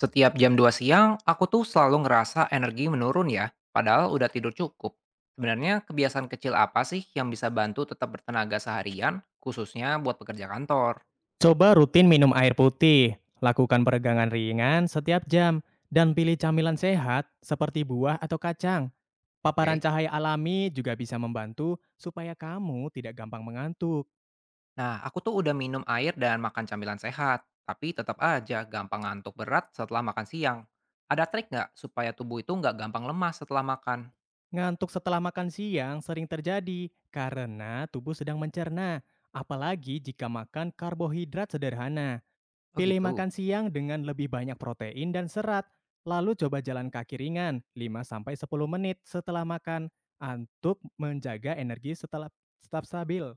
Setiap jam 14.00, aku tuh selalu ngerasa energi menurun ya, padahal udah tidur cukup. Sebenarnya kebiasaan kecil apa sih yang bisa bantu tetap bertenaga seharian, khususnya buat pekerja kantor? Coba rutin minum air putih, lakukan peregangan ringan setiap jam, dan pilih camilan sehat seperti buah atau kacang. Paparan Oke. cahaya alami juga bisa membantu supaya kamu tidak gampang mengantuk. Nah, aku tuh udah minum air dan makan camilan sehat, tapi tetap aja gampang ngantuk berat setelah makan siang. Ada trik nggak supaya tubuh itu nggak gampang lemas setelah makan? Ngantuk setelah makan siang sering terjadi karena tubuh sedang mencerna, apalagi jika makan karbohidrat sederhana. Oh Pilih gitu. makan siang dengan lebih banyak protein dan serat, lalu coba jalan kaki ringan 5 sampai 10 menit setelah makan untuk menjaga energi setelah tetap stabil.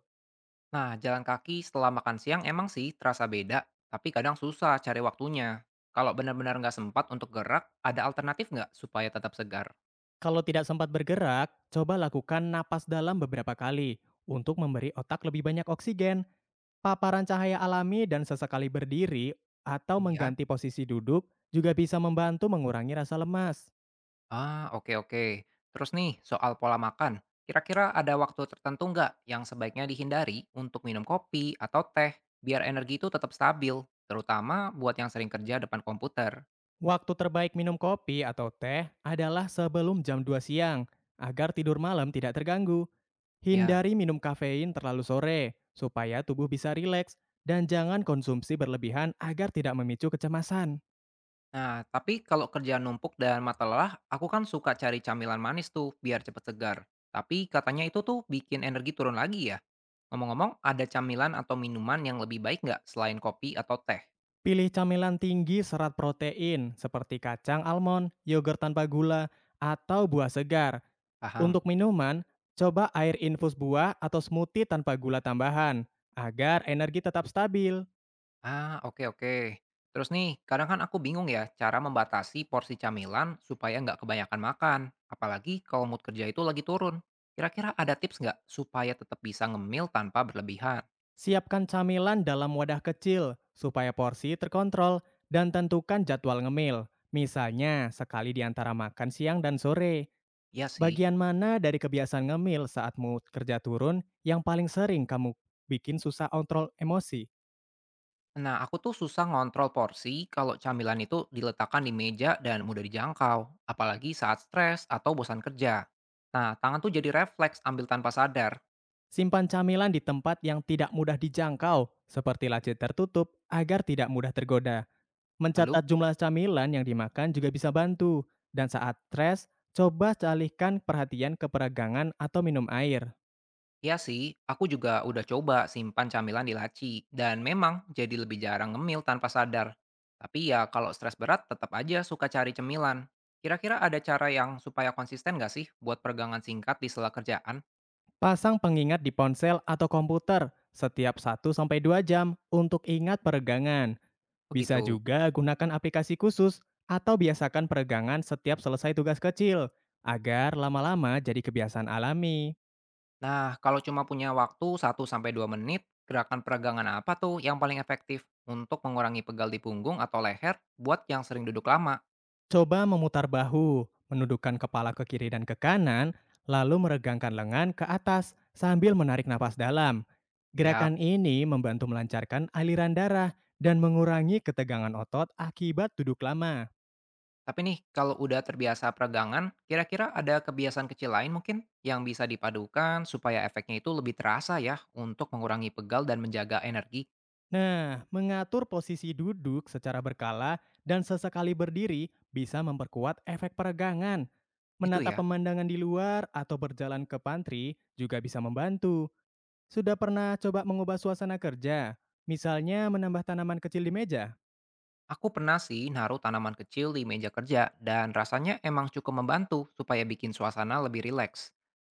Nah, jalan kaki setelah makan siang emang sih terasa beda, tapi kadang susah cari waktunya. Kalau benar-benar nggak sempat untuk gerak, ada alternatif nggak supaya tetap segar? Kalau tidak sempat bergerak, coba lakukan napas dalam beberapa kali untuk memberi otak lebih banyak oksigen. Paparan cahaya alami dan sesekali berdiri atau Iya. mengganti posisi duduk juga bisa membantu mengurangi rasa lemas. Ah, oke oke. Terus nih, soal pola makan. Kira-kira ada waktu tertentu nggak yang sebaiknya dihindari untuk minum kopi atau teh, biar energi itu tetap stabil, terutama buat yang sering kerja depan komputer? Waktu terbaik minum kopi atau teh adalah sebelum jam 2 siang, agar tidur malam tidak terganggu. Ya. Hindari minum kafein terlalu sore, supaya tubuh bisa rileks, dan jangan konsumsi berlebihan agar tidak memicu kecemasan. Nah, tapi kalau kerjaan numpuk dan mata lelah, aku kan suka cari camilan manis tuh biar cepet segar. Tapi katanya itu tuh bikin energi turun lagi ya. Ngomong-ngomong, ada camilan atau minuman yang lebih baik nggak selain kopi atau teh? Pilih camilan tinggi serat protein seperti kacang almond, yogurt tanpa gula, atau buah segar. Paham? Untuk minuman, coba air infus buah atau smoothie tanpa gula tambahan, agar energi tetap stabil. Ah, oke oke. Terus nih, kadang kan aku bingung ya cara membatasi porsi camilan supaya nggak kebanyakan makan. Apalagi kalau mood kerja itu lagi turun. Kira-kira ada tips nggak supaya tetap bisa ngemil tanpa berlebihan? Siapkan camilan dalam wadah kecil supaya porsi terkontrol dan tentukan jadwal ngemil. Misalnya, sekali di antara makan siang dan sore. Iya sih. Bagian mana dari kebiasaan ngemil saat mood kerja turun yang paling sering kamu bikin susah kontrol emosi? Nah, aku tuh susah ngontrol porsi kalau camilan itu diletakkan di meja dan mudah dijangkau, apalagi saat stres atau bosan kerja. Nah, tangan tuh jadi refleks ambil tanpa sadar. Simpan camilan di tempat yang tidak mudah dijangkau, seperti laci tertutup, agar tidak mudah tergoda. Lalu, Mencatat jumlah camilan yang dimakan juga bisa bantu. Dan saat stres, coba alihkan perhatian ke peragangan atau minum air. ya sih, aku juga udah coba simpan camilan di laci, dan memang jadi lebih jarang ngemil tanpa sadar. Tapi ya kalau stres berat tetap aja suka cari cemilan. Kira-kira ada cara yang supaya konsisten nggak sih buat peregangan singkat di sela kerjaan? Pasang pengingat di ponsel atau komputer setiap 1 sampai 2 jam untuk ingat peregangan. Bisa Begitu. juga gunakan aplikasi khusus atau biasakan peregangan setiap selesai tugas kecil, agar lama-lama jadi kebiasaan alami. Nah, kalau cuma punya waktu 1 sampai 2 menit, gerakan peregangan apa tuh yang paling efektif untuk mengurangi pegal di punggung atau leher buat yang sering duduk lama? Coba memutar bahu, menundukkan kepala ke kiri dan ke kanan, lalu meregangkan lengan ke atas sambil menarik napas dalam. Siap. Gerakan ini membantu melancarkan aliran darah dan mengurangi ketegangan otot akibat duduk lama. Tapi nih, kalau udah terbiasa peregangan, kira-kira ada kebiasaan kecil lain mungkin yang bisa dipadukan supaya efeknya itu lebih terasa ya untuk mengurangi pegal dan menjaga energi? Nah, mengatur posisi duduk secara berkala dan sesekali berdiri bisa memperkuat efek peregangan. Itu Menatap ya. pemandangan di luar atau berjalan ke pantry juga bisa membantu. Sudah pernah coba mengubah suasana kerja? Misalnya menambah tanaman kecil di meja? Aku pernah sih naruh tanaman kecil di meja kerja dan rasanya emang cukup membantu supaya bikin suasana lebih rileks.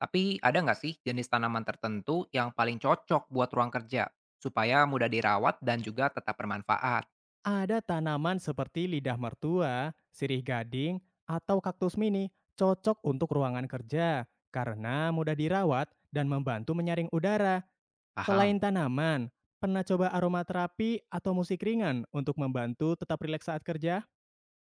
Tapi ada nggak sih jenis tanaman tertentu yang paling cocok buat ruang kerja supaya mudah dirawat dan juga tetap bermanfaat? Ada tanaman seperti lidah mertua, sirih gading, atau kaktus mini cocok untuk ruangan kerja karena mudah dirawat dan membantu menyaring udara. Selain Paham. tanaman, pernah coba aromaterapi atau musik ringan untuk membantu tetap rileks saat kerja?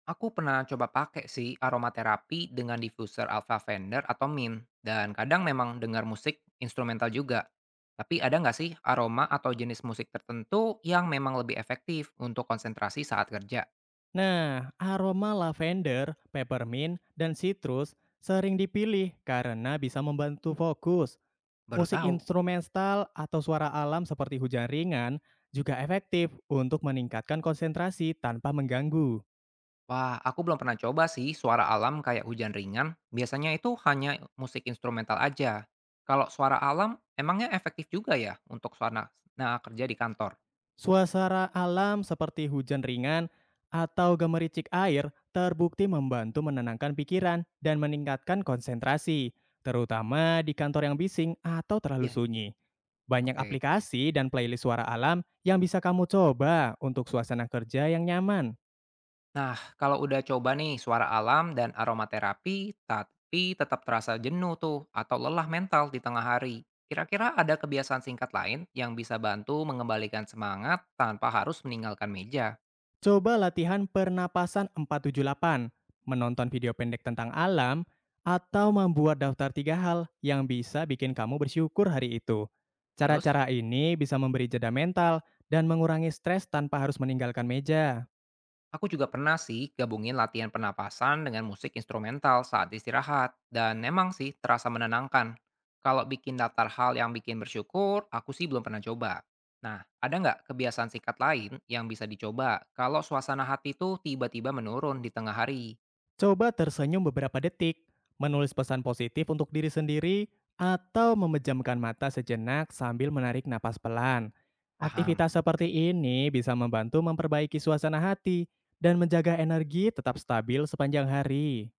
Aku pernah coba pakai sih aromaterapi dengan diffuser alpha Fender atau mint dan kadang memang dengar musik instrumental juga. Tapi ada nggak sih aroma atau jenis musik tertentu yang memang lebih efektif untuk konsentrasi saat kerja? Nah, aroma lavender, peppermint, dan citrus sering dipilih karena bisa membantu fokus. Baru Musik tahu. instrumental atau suara alam seperti hujan ringan juga efektif untuk meningkatkan konsentrasi tanpa mengganggu. Wah, aku belum pernah coba sih suara alam kayak hujan ringan. Biasanya itu hanya musik instrumental aja. Kalau suara alam, emangnya efektif juga ya untuk suara nah, kerja di kantor? Suasana alam seperti hujan ringan atau gemericik air terbukti membantu menenangkan pikiran dan meningkatkan konsentrasi, terutama di kantor yang bising atau terlalu Iya. sunyi. Banyak Oke. aplikasi dan playlist suara alam yang bisa kamu coba untuk suasana kerja yang nyaman. Nah, kalau udah coba nih suara alam dan aromaterapi, tapi tetap terasa jenuh tuh atau lelah mental di tengah hari. Kira-kira ada kebiasaan singkat lain yang bisa bantu mengembalikan semangat tanpa harus meninggalkan meja. Coba latihan pernapasan 4-7-8, menonton video pendek tentang alam, atau membuat daftar tiga hal yang bisa bikin kamu bersyukur hari itu. Terus? Cara-cara ini bisa memberi jeda mental dan mengurangi stres tanpa harus meninggalkan meja. Aku juga pernah sih gabungin latihan pernapasan dengan musik instrumental saat istirahat, dan memang sih terasa menenangkan. Kalau bikin daftar hal yang bikin bersyukur, aku sih belum pernah coba. Nah, ada nggak kebiasaan singkat lain yang bisa dicoba kalau suasana hati tuh tiba-tiba menurun di tengah hari? Coba tersenyum beberapa detik, menulis pesan positif untuk diri sendiri, atau memejamkan mata sejenak sambil menarik napas pelan. Paham? Aktivitas seperti ini bisa membantu memperbaiki suasana hati dan menjaga energi tetap stabil sepanjang hari.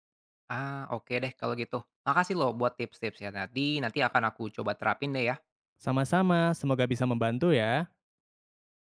Ah, oke deh kalau gitu. Makasih loh buat tips-tips ya tadi. Nanti akan aku coba terapin deh ya. Sama-sama, semoga bisa membantu ya.